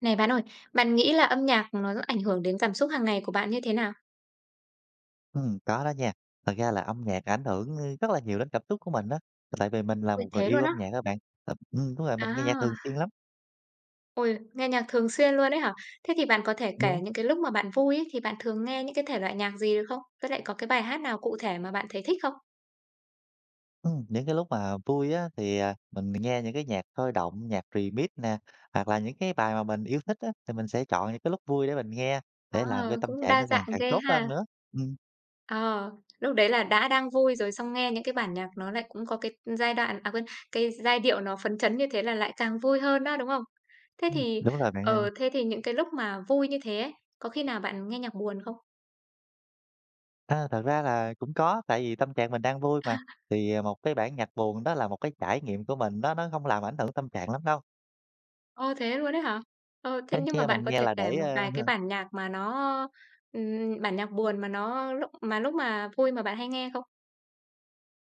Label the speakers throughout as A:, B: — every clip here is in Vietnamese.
A: Này bạn ơi, bạn nghĩ là âm nhạc nó ảnh hưởng đến cảm xúc hàng ngày của bạn như thế nào?
B: Có đó nha. Thật ra là âm nhạc ảnh hưởng, rất là nhiều đến cảm xúc của mình đó tại vì mình là
A: Ôi,
B: một người
A: thế
B: yêu
A: luôn á?
B: âm nhạc các bạn. Ờ, đúng rồi, mình nghe nhạc
A: À,
B: thường xuyên lắm.
A: ôi, nghe nhạc thường xuyên luôn đấy hả? Thế thì bạn có thể
B: Đúng,
A: kể những cái lúc mà bạn vui ấy, thì bạn thường nghe những cái thể loại nhạc gì được không? Với lại có cái bài hát nào cụ thể mà bạn thấy thích không?
B: những cái lúc mà vui á thì, mình nghe những cái nhạc sôi động, nhạc remix nè, hoặc là những cái bài mà mình yêu thích á, thì mình sẽ chọn những cái lúc vui để mình nghe, để
A: À,
B: làm cho tâm
A: cũng
B: trạng
A: đa
B: nó càng
A: dạng
B: càng
A: ghê
B: tốt hơn
A: ha.
B: nữa. Ừm,
A: Ờ, lúc đấy là đã đang vui rồi xong nghe những cái bản nhạc nó lại cũng có cái giai đoạn à quên, cái giai điệu nó phấn chấn như thế là lại càng vui hơn đó, đúng không? Thế thì
B: đúng rồi bạn ơi.
A: ờ, thế thì những cái lúc mà vui như thế ấy, có khi nào bạn nghe nhạc buồn không?
B: Thật ra là cũng có, tại vì tâm trạng mình đang vui mà, thì, một cái bản nhạc buồn đó là một cái trải nghiệm của mình, nó không làm ảnh hưởng tâm trạng lắm đâu.
A: Ồ, thế luôn ấy hả? Ờ,
B: Thế
A: thế nhưng mà
B: nghe
A: bạn
B: Mình
A: có
B: nghe
A: thể
B: là để,
A: kể một vài cái bản nhạc mà nó, bản nhạc buồn mà nó lúc mà vui mà bạn hay nghe không?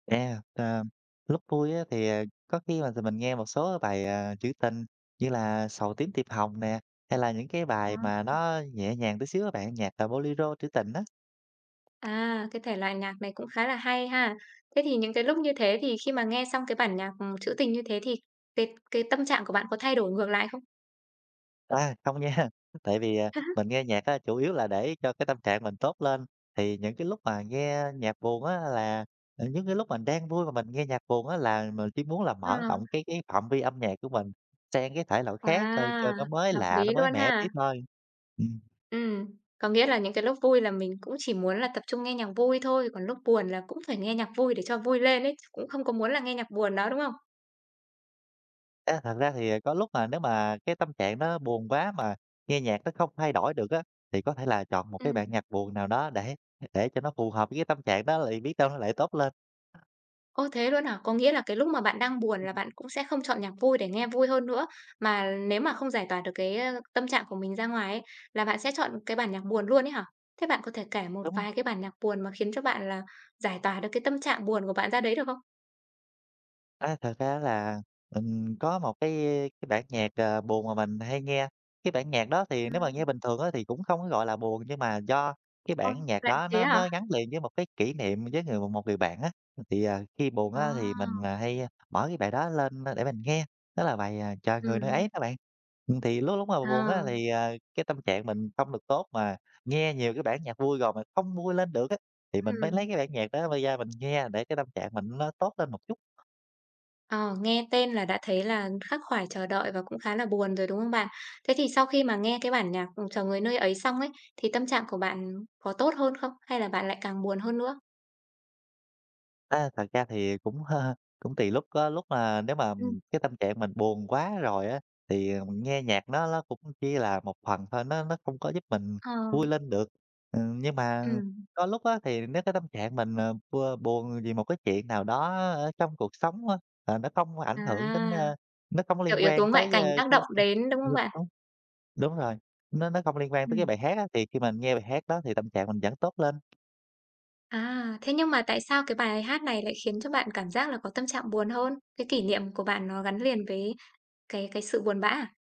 B: à, ờ, lúc vui á thì, có khi mà mình nghe một số bài, trữ tình như là "Sầu tím tiệp hồng" nè, hay là những cái
A: Ờ.
B: bài mà nó nhẹ nhàng tí xíu á bạn, nhạc, bolero trữ tình á.
A: À, cái thể loại nhạc này cũng khá là hay ha. Thế thì những cái lúc như thế thì khi mà nghe xong cái bản nhạc, trữ tình như thế thì cái tâm trạng của bạn có thay đổi ngược lại không?
B: À, không nha, tại vì, mình nghe nhạc á chủ yếu là để cho cái tâm trạng mình tốt lên, thì những cái lúc mà nghe nhạc buồn á là những cái lúc mình đang vui mà mình nghe nhạc buồn á là mình chỉ muốn là mở
A: Ờ.
B: rộng cái phạm vi âm nhạc của mình sang cái thể loại khác thôi cho
A: À,
B: nó mới
A: hợp
B: lạ, nó
A: lý
B: mới
A: luôn
B: mẻ tí
A: ha.
B: thôi. Ừ.
A: Ừm, có nghĩa là những cái lúc vui là mình cũng chỉ muốn là tập trung nghe nhạc vui thôi, còn lúc buồn là cũng phải nghe nhạc vui để cho vui lên ấy, chứ cũng không có muốn là nghe nhạc buồn đó, đúng không?
B: Thật ra thì, có lúc mà nếu mà cái tâm trạng nó buồn quá mà nghe nhạc nó không thay đổi được á, thì có thể là chọn một cái bản
A: Ừm.
B: nhạc buồn nào đó để cho nó phù hợp với cái tâm trạng đó thì biết đâu nó lại tốt lên.
A: Ô, thế luôn hả? Có nghĩa là cái lúc mà bạn đang buồn là bạn cũng sẽ không chọn nhạc vui để nghe vui hơn nữa, mà nếu mà không giải tỏa được cái, tâm trạng của mình ra ngoài ấy, là bạn sẽ chọn cái bản nhạc buồn luôn ấy hả? Thế bạn có thể kể một
B: Đúng.
A: vài cái bản nhạc buồn mà khiến cho bạn là giải tỏa được cái tâm trạng buồn của bạn ra đấy được không?
B: Thật ra là mình có một cái bản nhạc, buồn mà mình hay nghe. Cái bản nhạc đó thì nếu mà nghe
A: Ừm.
B: bình thường á thì cũng không có gọi là buồn, nhưng mà do cái
A: Ôi,
B: bản nhạc
A: lại
B: đó
A: thế
B: nó
A: hả?
B: nó gắn liền với một cái kỷ niệm với một người bạn á, thì, khi buồn á thì mình,
A: À,
B: hay mở cái bài đó lên để mình nghe, đó là bài, "Chờ người nơi
A: ừm,
B: ấy" các bạn. Thì lúc lúc mà
A: ờ,
B: buồn á thì, cái tâm trạng mình không được tốt, mà nghe nhiều cái bản nhạc vui rồi mà không vui lên được á, thì mình mới
A: ừm.
B: lấy cái bản nhạc đó mới ra mình nghe để cái tâm trạng mình nó tốt lên một chút.
A: Ờ, nghe tên là đã thấy là khắc khoải chờ đợi và cũng khá là buồn rồi, đúng không bạn? Thế thì sau khi mà nghe cái bản nhạc, "Chờ người nơi ấy" xong ấy, thì tâm trạng của bạn có tốt hơn không? Hay là bạn lại càng buồn hơn nữa?
B: Thật ra thì cũng, cũng tùy lúc á, lúc mà nếu mà
A: Ừm.
B: cái tâm trạng mình buồn quá rồi á, thì nghe nhạc nó cũng chỉ là một phần thôi, nó không có giúp mình
A: Ờ,
B: vui lên được. Nhưng mà
A: ừ
B: có lúc á, thì nếu cái tâm trạng mình, ờ, bua buồn vì một cái chuyện nào đó ở trong cuộc sống á, nó không ảnh
A: à,
B: hưởng đến, nó không
A: kiểu,
B: liên
A: yếu tố
B: quan
A: ngoại
B: tới.
A: cảnh
B: Ơ,
A: tác
B: cái
A: động đến, đúng không bạn?
B: Đúng, đúng rồi, nó không liên quan tới
A: Ừ.
B: cái bài hát á, thì khi mình nghe bài hát đó thì tâm trạng mình vẫn tốt lên.
A: À, thế nhưng mà tại sao cái bài hát này lại khiến cho bạn cảm giác là có tâm trạng buồn hơn? Cái kỷ niệm của bạn nó gắn liền với cái sự buồn bã à?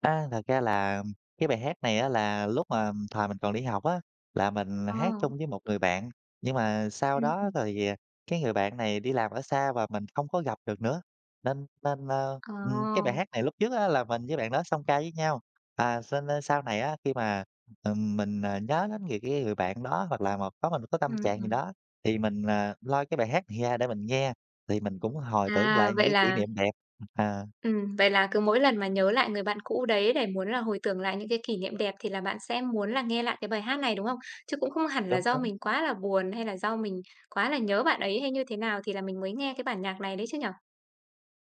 B: Thật ra là cái bài hát này á là lúc mà thời mình còn đi học á, là mình
A: Ờ,
B: hát chung với một người bạn, nhưng mà sau
A: ừ
B: đó
A: ừm.
B: thì cái người bạn này đi làm ở xa và mình không có gặp được nữa, nên nên, ơ,
A: Ờ,
B: cái bài hát này lúc trước á là mình với bạn đó song ca với nhau. À, cho nên sau này á, khi mà, mình, nhớ đến người bạn đó hoặc là một có mình có
A: ừ
B: tâm trạng gì
A: ừm.
B: đó thì mình, lôi cái bài hát này ra để mình nghe, thì mình cũng hồi tưởng
A: À,
B: lại những cái kỷ niệm đẹp. À,
A: Vậy là cứ mỗi lần mà nhớ lại người bạn cũ đấy để muốn là hồi tưởng lại những cái kỷ niệm đẹp thì là bạn sẽ muốn là nghe lại cái bài hát này, đúng không? Chứ cũng không hẳn là
B: đúng,
A: do
B: đúng.
A: mình quá là buồn, hay là do mình quá là nhớ bạn ấy, hay như thế nào thì là mình mới nghe cái bản nhạc này đấy chứ nhở?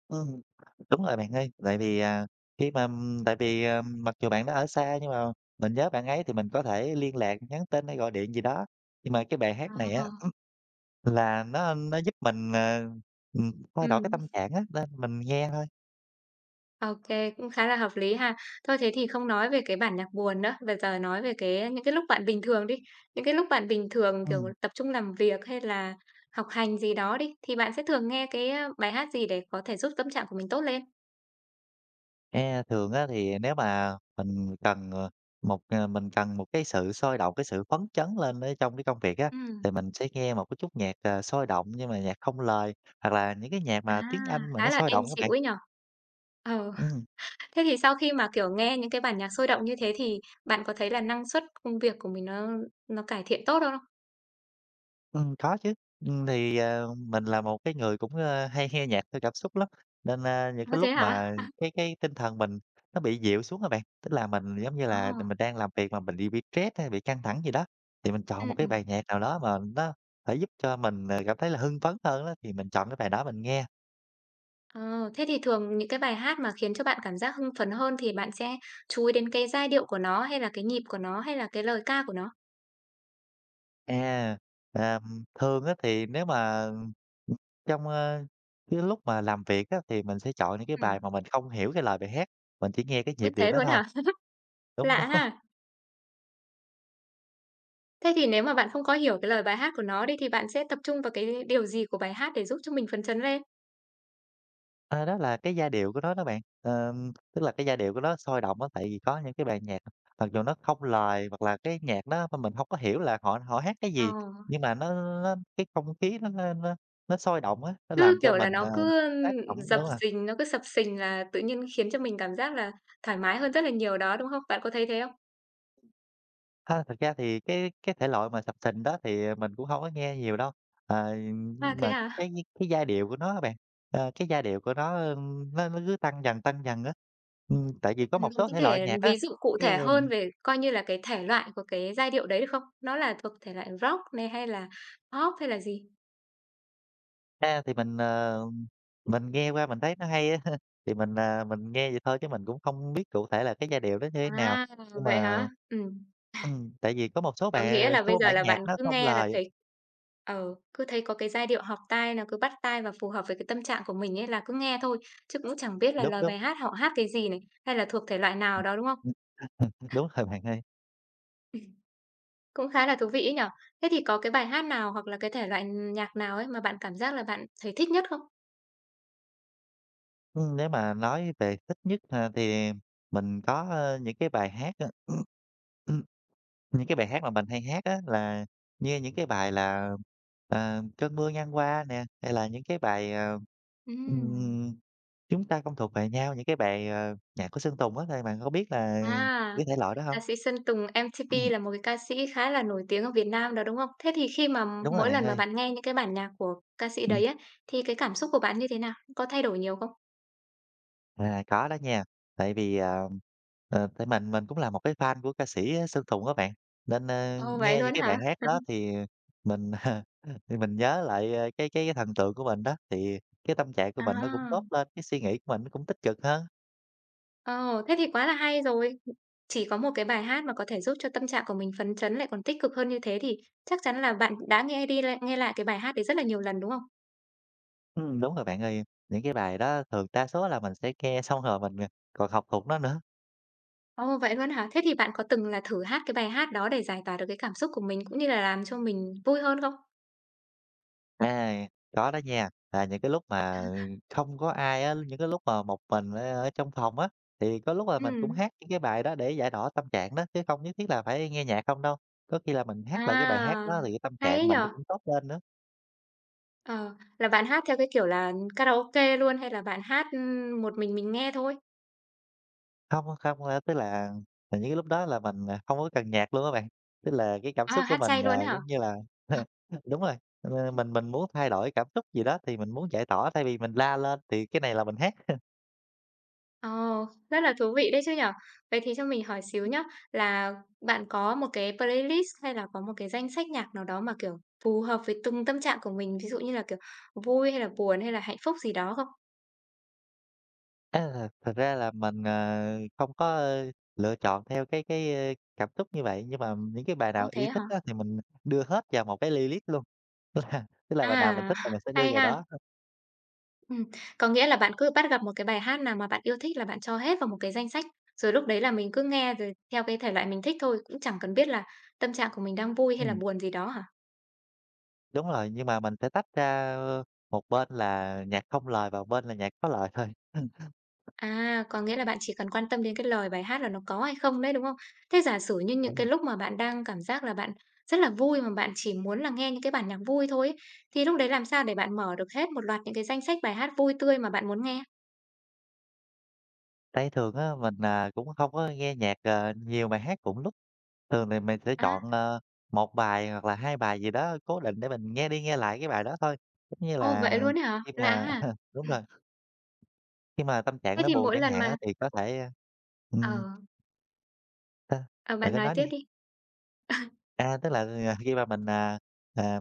B: Ừm, đúng rồi bạn ơi, tại vì, khi mà tại vì, mặc dù bạn đã ở xa nhưng mà mình nhớ bạn ấy thì mình có thể liên lạc, nhắn tin hay gọi điện gì đó. Nhưng mà cái bài hát này
A: Ờ,
B: á, là nó giúp mình, thay đổi cái
A: ừm,
B: tâm trạng á, nên mình nghe thôi.
A: ô, cũng khá là hợp lý ha. Thôi thế thì không nói về cái bản nhạc buồn nữa, bây giờ nói về cái những cái lúc bạn bình thường đi. Những cái lúc bạn bình thường, kiểu,
B: Ừm,
A: tập trung làm việc hay là học hành gì đó đi, thì bạn sẽ thường nghe cái, bài hát gì để có thể giúp tâm trạng của mình tốt lên?
B: nghe thường á thì nếu mà mình cần, một cái sự sôi động, cái sự phấn chấn lên ở trong cái công việc á, thì
A: Ừm.
B: mình sẽ nghe một cái chút nhạc, sôi động nhưng mà nhạc không lời, hoặc là những cái nhạc mà
A: À,
B: tiếng Anh mà nó
A: khá là
B: sôi
A: êm
B: động các
A: dịu
B: bạn.
A: ấy nhỉ? Ờ,
B: Ừm.
A: thế thì sau khi mà, kiểu, nghe những cái bản nhạc sôi động như thế thì bạn có thấy là năng suất công việc của mình nó cải thiện tốt hơn không?
B: Có chứ. Thì, mình là một cái người cũng, hay nghe nhạc theo cảm xúc lắm, nên, những
A: Ơ,
B: cái
A: thế
B: lúc
A: hả?
B: mà cái tinh thần mình nó bị dịu xuống các bạn, tức là mình, giống như
A: Ờ,
B: là, mình đang làm việc mà mình bị stress hay bị căng thẳng gì đó, thì mình chọn một cái
A: ừm.
B: bài nhạc nào đó mà nó phải giúp cho mình, cảm thấy là hưng phấn hơn á, thì mình chọn cái bài đó mình nghe.
A: Ờ, thế thì thường những cái bài hát mà khiến cho bạn cảm giác hưng phấn hơn thì bạn sẽ chú ý đến cái giai điệu của nó, hay là cái nhịp của nó, hay là cái lời ca của nó?
B: À, à, Thường á thì nếu mà, trong, cái lúc mà làm việc á, thì mình sẽ chọn những cái bài
A: Ừm,
B: mà mình không hiểu cái lời bài hát, mình chỉ nghe cái
A: ôi,
B: nhịp điệu
A: thế
B: đó
A: luôn á
B: thôi,
A: hả?
B: đúng
A: Lạ
B: đó.
A: ha! Thế thì nếu mà bạn không có hiểu cái lời bài hát của nó đi thì bạn sẽ tập trung vào cái điều gì của bài hát để giúp cho mình phấn chấn lên?
B: Ờ, đó là cái giai điệu của nó đó bạn. Tức là cái giai điệu của nó sôi động á, tại vì có những cái bài nhạc mặc dù nó không lời hoặc là cái nhạc đó mà mình không có hiểu là họ họ hát cái
A: Ờ.
B: gì, nhưng mà nó cái không khí nó sôi động á, nó
A: Cứ,
B: làm cho
A: kiểu là,
B: mình,
A: nó cứ,
B: tác động đúng
A: dập
B: rồi.
A: dình, nó cứ sập sình là tự nhiên khiến cho mình cảm giác là thoải mái hơn rất là nhiều đó, đúng không? Bạn có thấy thế không?
B: Thực ra thì cái thể loại mà sập sình đó thì mình cũng không có nghe nhiều đâu,
A: À,
B: nhưng
A: thế
B: mà
A: hả?
B: cái giai điệu của nó á bạn, cái giai điệu của nó, nó cứ tăng dần á. Tại vì có
A: Bạn
B: một số
A: có
B: thể loại
A: thể
B: nhạc á,
A: ví dụ cụ
B: cái
A: thể
B: ờ,
A: hơn về coi như là cái thể loại của cái giai điệu đấy được không? Nó là thuộc thể loại Rock này hay là Pop hay là gì?
B: Thì mình, nghe qua mình thấy nó hay á, thì mình, nghe vậy thôi chứ mình cũng không biết cụ thể là cái giai điệu nó như thế nào.
A: À,
B: Nhưng
A: vậy
B: mà
A: hả? Ừm.
B: tại vì có một số
A: Có nghĩa là bây
B: số
A: giờ
B: bản
A: là
B: nhạc
A: bạn
B: nó
A: cứ
B: không
A: nghe là
B: lời.
A: thấy cứ thấy có cái giai điệu hợp tai nó cứ bắt tai và phù hợp với cái tâm trạng của mình ấy là cứ nghe thôi, chứ cũng chẳng biết là
B: Đúng,
A: lời
B: đúng,
A: bài hát họ hát cái gì này, hay là thuộc thể loại nào đó, đúng không?
B: ừm, đúng rồi bạn ơi.
A: Ừm. Cũng khá là thú vị ấy nhỉ? Thế thì có cái bài hát nào hoặc là cái thể loại nhạc nào ấy mà bạn cảm giác là bạn thấy thích nhất không?
B: Nếu mà nói về thích nhất, thì mình có, những cái bài hát, những cái bài hát mà mình hay hát á, là như những cái bài là, "Cơn mưa ngang qua" nè, hay là những cái bài,
A: Ừm.
B: "Chúng ta không thuộc về nhau" những cái bài, nhạc của Sơn Tùng á, thì bạn có biết là
A: À,
B: cái thể loại đó hông?
A: ca sĩ Sơn Tùng M-TP
B: Ừm,
A: là một cái ca sĩ khá là nổi tiếng ở Việt Nam đó, đúng không? Thế thì khi mà
B: đúng rồi
A: mỗi
B: bạn
A: lần mà
B: ơi,
A: bạn nghe những cái bản nhạc của ca sĩ
B: ừm,
A: đấy á, thì cái cảm xúc của bạn như thế nào? Có thay đổi nhiều không?
B: có đó nha, tại vì, tại mình cũng là một cái fan của ca sĩ Sơn Tùng á bạn, nên,
A: Ồ, vậy
B: nghe những
A: luôn
B: cái
A: hả?
B: bài hát đó thì mình thì mình nhớ lại, cái thần tượng của mình đó, thì cái tâm trạng của mình nó cũng
A: À,
B: tốt lên, cái suy nghĩ của mình nó cũng tích cực hơn.
A: ồ, thế thì quá là hay rồi. Chỉ có một cái bài hát mà có thể giúp cho tâm trạng của mình phấn chấn lại còn tích cực hơn như thế thì chắc chắn là bạn đã nghe đi lại nghe lại cái bài hát đấy rất là nhiều lần, đúng không?
B: Đúng rồi bạn ơi, những cái bài đó thường đa số là mình sẽ nghe xong rồi mình, còn học thuộc nó nữa.
A: Ồ, vậy luôn hả? Thế thì bạn có từng là thử hát cái bài hát đó để giải tỏa được cái cảm xúc của mình cũng như là làm cho mình vui hơn không?
B: À, có đó nha. Là những cái lúc mà
A: À,
B: không có ai á, những cái lúc mà một mình ở ở trong phòng á, thì có lúc là mình cũng
A: ừm.
B: hát những cái bài đó để giải tỏa tâm trạng đó, chứ không nhất thiết là phải nghe nhạc không đâu. Có khi là mình hát lại cái bài hát
A: À,
B: đó thì cái tâm
A: hay
B: trạng
A: ấy nhỉ!
B: mình nó cũng tốt lên nữa.
A: Ờ, là bạn hát theo cái kiểu là karaoke luôn hay là bạn hát, một mình nghe thôi?
B: Không, không, tức là những cái lúc đó là mình, không có cần nhạc luôn các bạn. Tức là cái cảm
A: À,
B: xúc của
A: hát
B: mình
A: chay
B: là
A: luôn á hả?
B: giống như là đúng rồi, mình muốn thay đổi cảm xúc gì đó thì mình muốn giải tỏa thay vì mình la lên thì cái này là mình hát.
A: Ờ, rất là thú vị đấy chứ nhở? Vậy thì cho mình hỏi xíu nhá, là bạn có một cái playlist hay là có một cái danh sách nhạc nào đó mà, kiểu, phù hợp với từng tâm trạng của mình, ví dụ như là, kiểu, vui hay là buồn hay là hạnh phúc gì đó không?
B: Thật ra là mình, không có, lựa chọn theo cái cảm xúc như vậy, nhưng mà những cái bài nào
A: Ồ,
B: yêu
A: thế hả?
B: thích á thì mình đưa hết vào một cái playlist luôn. Tức là bài nào mình
A: À,
B: thích là mình sẽ đưa
A: hay
B: vào đó.
A: ha! Ừm, có nghĩa là bạn cứ bắt gặp một cái bài hát nào mà bạn yêu thích là bạn cho hết vào một cái danh sách, rồi lúc đấy là mình cứ nghe rồi theo cái thể loại mình thích thôi, cũng chẳng cần biết là tâm trạng của mình đang vui hay là
B: Ừm,
A: buồn gì đó hả?
B: đúng rồi, nhưng mà mình sẽ tách ra, một bên là nhạc không lời và một bên là nhạc có lời thôi.
A: À, có nghĩa là bạn chỉ cần quan tâm đến cái lời bài hát là nó có hay không đấy, đúng không? Thế giả sử như những
B: Đúng
A: cái
B: rồi,
A: lúc mà bạn đang cảm giác là bạn rất là vui mà bạn chỉ muốn là nghe những cái bản nhạc vui thôi ấy, thì lúc đấy làm sao để bạn mở được hết một loạt những cái danh sách bài hát vui tươi mà bạn muốn nghe?
B: tại thường á mình, cũng không có nghe nhạc, nhiều bài hát cũng lúc. Thường thì mình sẽ
A: À,
B: chọn, một bài hoặc là hai bài gì đó cố định để mình nghe đi nghe lại cái bài đó thôi. Giống như
A: ô,
B: là
A: vậy luôn ấy hả?
B: khi
A: Lạ
B: mà
A: hả?
B: đúng rồi, khi mà tâm trạng
A: Thế
B: nó
A: thì
B: buồn
A: mỗi
B: chẳng
A: lần
B: hạn á,
A: mà
B: thì có thể, ừm,
A: ờ.
B: sao?
A: Ờ,
B: Bạn
A: bạn
B: cứ
A: nói
B: nói đi.
A: tiếp đi. À,
B: Khi mà mình, à,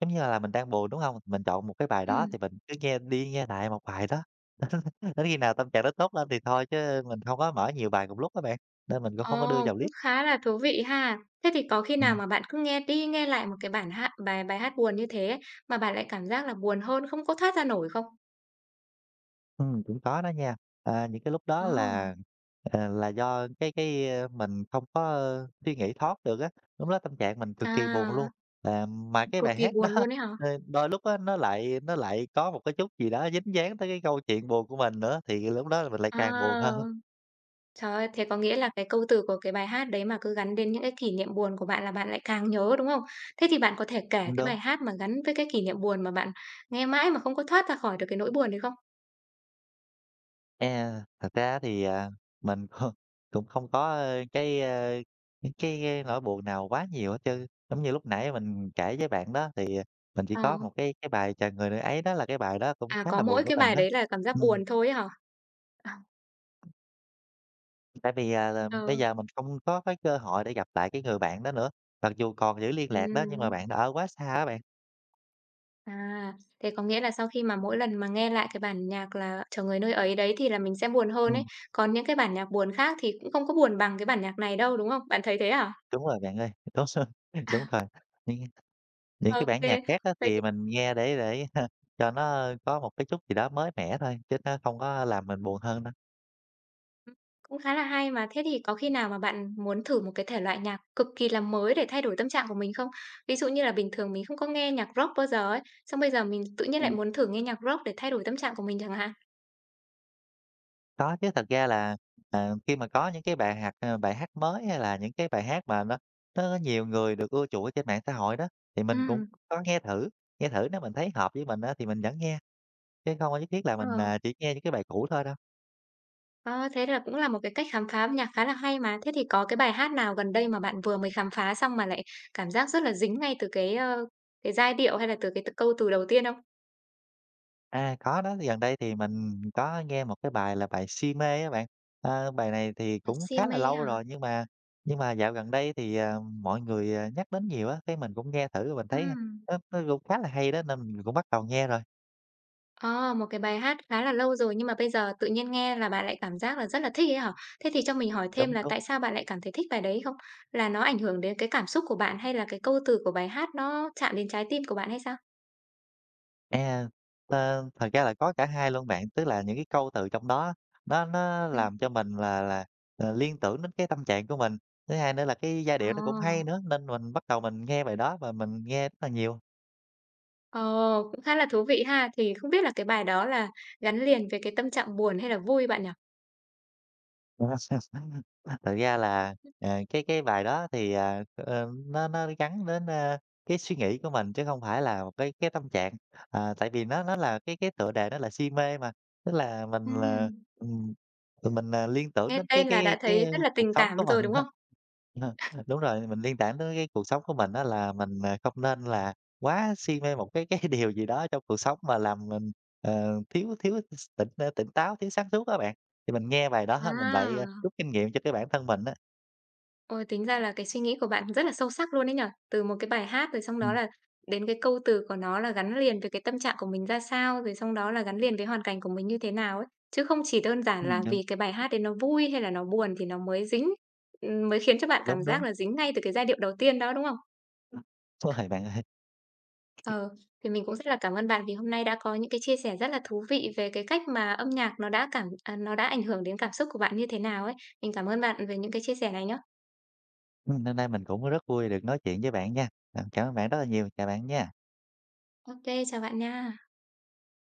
B: giống như là mình đang buồn, đúng không? Mình chọn một cái bài đó
A: Ừm,
B: thì mình cứ nghe đi nghe lại một bài đó, đến khi nào tâm trạng nó tốt lên thì thôi, chứ mình không có mở nhiều bài cùng lúc các bạn, nên mình cũng không có đưa
A: ồ,
B: vào
A: cũng
B: list.
A: khá là thú vị ha. Thế thì có khi nào mà bạn cứ nghe đi nghe lại một cái bản hát bài bài hát buồn như thế ấy, mà bạn lại cảm giác là buồn hơn, không có thoát ra nổi không?
B: Cũng có đó nha. Ờ, những cái lúc đó
A: Ồ,
B: là, ờ, là do cái mình không có suy nghĩ thoát được á, lúc đó tâm trạng mình cực kỳ buồn luôn.
A: à,
B: À, mà cái
A: cực
B: bài
A: kỳ
B: hát đó,
A: buồn luôn ấy hả?
B: ờ, đôi lúc á, nó lại có một cái chút gì đó dính dáng tới cái câu chuyện buồn của mình nữa, thì lúc đó là mình lại càng buồn hơn,
A: À, trời ơi, thế có nghĩa là cái câu từ của cái bài hát đấy mà cứ gắn đến những cái kỷ niệm buồn của bạn là bạn lại càng nhớ, đúng không? Thế thì bạn có thể kể
B: cũng
A: cái
B: đúng.
A: bài hát mà gắn với cái kỷ niệm buồn mà bạn nghe mãi mà không có thoát ra khỏi được cái nỗi buồn đấy không?
B: Thật ra thì mình cũng cũng không có những cái nỗi buồn nào quá nhiều hết chứ. Giống như lúc nãy mình kể với bạn đó, thì à, mình chỉ
A: Ờ.
B: có một cái bài "Chờ người nữ ấy" đó, là cái bài đó cũng
A: À,
B: khá
A: có
B: là buồn
A: mỗi
B: của
A: cái
B: mình
A: bài
B: đó.
A: đấy là cảm giác
B: Ừm,
A: buồn thôi ấy hả? À.
B: tại vì, à, là bây
A: Ừ,
B: giờ mình không có cái cơ hội để gặp lại cái người bạn đó nữa, mặc dù còn giữ liên lạc đó nhưng
A: ừm,
B: mà bạn đó ở quá xa á bạn.
A: à, thế có nghĩa là sau khi mà mỗi lần mà nghe lại cái bản nhạc là "Chờ Người Nơi Ấy" đấy thì là mình sẽ buồn hơn ấy,
B: Ừm,
A: còn những cái bản nhạc buồn khác thì cũng không có buồn bằng cái bản nhạc này đâu, đúng không? Bạn thấy thế hả?
B: đúng rồi bạn ơi, đúng rồi,
A: À.
B: đúng rồi. Những
A: Ô
B: cái bản nhạc
A: kê,
B: khác á
A: vậy thì
B: thì mình nghe để cho nó có một cái chút gì đó mới mẻ thôi, chứ nó không có làm mình buồn hơn đâu.
A: cũng khá là hay mà. Thế thì có khi nào mà bạn muốn thử một cái thể loại nhạc cực kỳ là mới để thay đổi tâm trạng của mình không? Ví dụ như là bình thường mình không có nghe nhạc rock bao giờ ấy, xong bây giờ mình tự nhiên lại
B: Ừm.
A: muốn thử nghe nhạc rock để thay đổi tâm trạng của mình chẳng hạn?
B: Có chứ, thật ra là, ờ, khi mà có những cái bài hát ờ, bài hát mới hay là những cái bài hát mà nó nhiều người được ưa chuộng ở trên mạng xã hội đó, thì mình cũng
A: Ừm.
B: có nghe thử nếu mình thấy hợp với mình á thì mình vẫn nghe, chứ không có nhất thiết là
A: Ờ.
B: mình, chỉ nghe những cái bài cũ thôi đâu.
A: Ờ, thế là cũng là một cái cách khám phá âm nhạc khá là hay mà. Thế thì có cái bài hát nào gần đây mà bạn vừa mới khám phá xong mà lại cảm giác rất là dính ngay từ cái, cái giai điệu hay là từ cái câu từ đầu tiên không?
B: À, có đó, gần đây thì mình có nghe một cái bài là bài "Si mê" á bạn. Ờ, bài này thì
A: Là
B: cũng
A: "Si
B: khá là
A: mê"
B: lâu
A: hả?
B: rồi nhưng mà dạo gần đây thì, ờ, mọi người, ờ, nhắc đến nhiều á, cái mình cũng nghe thử rồi mình thấy
A: Ừm.
B: nó cũng khá là hay đó nên mình cũng bắt đầu nghe rồi.
A: Ờ, một cái bài hát khá là lâu rồi nhưng mà bây giờ tự nhiên nghe là bạn lại cảm giác là rất là thích ấy hả? Thế thì cho mình hỏi thêm
B: Đúng,
A: là
B: đúng.
A: tại sao bạn lại cảm thấy thích bài đấy không? Là nó ảnh hưởng đến cái cảm xúc của bạn hay là cái câu từ của bài hát nó chạm đến trái tim của bạn hay sao?
B: À, thật ra là có cả hai luôn bạn, tức là những cái câu từ trong đó nó
A: Ừm.
B: làm cho mình là liên tưởng đến cái tâm trạng của mình. Thứ hai nữa là cái giai
A: Ờ.
B: điệu nó cũng hay nữa nên mình bắt đầu mình nghe bài đó và mình nghe rất là nhiều.
A: Ồ, cũng khá là thú vị ha. Thì không biết là cái bài đó là gắn liền với cái tâm trạng buồn hay là vui bạn nhỉ?
B: Thật ra là, à, cái bài đó thì, à, ờ, nó gắn đến, ơ, cái suy nghĩ của mình chứ không phải là một cái tâm trạng. À, tại vì nó là cái tựa đề, nó là "Si mê" mà, tức là,
A: Ừm.
B: ừm, mình, à, liên tưởng
A: Nghe
B: đến cái
A: tên là
B: cái
A: đã
B: cái
A: thấy rất là
B: cuộc
A: tình
B: sống
A: cảm
B: của
A: rồi,
B: mình.
A: đúng không?
B: Ờ, đúng rồi, mình liên tưởng tới cái cuộc sống của mình á, là mình, à, không nên là quá si mê một cái điều gì đó trong cuộc sống mà làm mình, ờ, thiếu thiếu s tỉnh, ơ, tỉnh táo, thiếu sáng suốt á bạn. Thì mình nghe bài đó ha, mình lại, à,
A: À,
B: rút kinh nghiệm cho cái bản thân mình á.
A: ôi, tính ra là cái suy nghĩ của bạn rất là sâu sắc luôn đấy nhở. Từ một cái bài hát rồi xong đó
B: Ừm,
A: là đến cái câu từ của nó là gắn liền với cái tâm trạng của mình ra sao, rồi xong đó là gắn liền với hoàn cảnh của mình như thế nào ấy. Chứ không chỉ đơn giản là
B: đúng,
A: vì cái bài hát đấy nó vui hay là nó buồn thì nó mới dính, mới khiến cho bạn cảm
B: đúng,
A: giác
B: đúng.
A: là dính ngay từ cái giai điệu đầu tiên đó, đúng không?
B: Ừ, đúng rồi bạn ơi.
A: Ờ, thì mình cũng rất là cảm ơn bạn vì hôm nay đã có những cái chia sẻ rất là thú vị về cái cách mà âm nhạc nó đã nó đã ảnh hưởng đến cảm xúc của bạn như thế nào ấy. Mình cảm ơn bạn về những cái chia sẻ này nhé.
B: Hôm nay mình cũng rất vui được nói chuyện với bạn nha. À, cảm ơn bạn rất là nhiều, chào bạn nha.
A: Ok, chào bạn nha.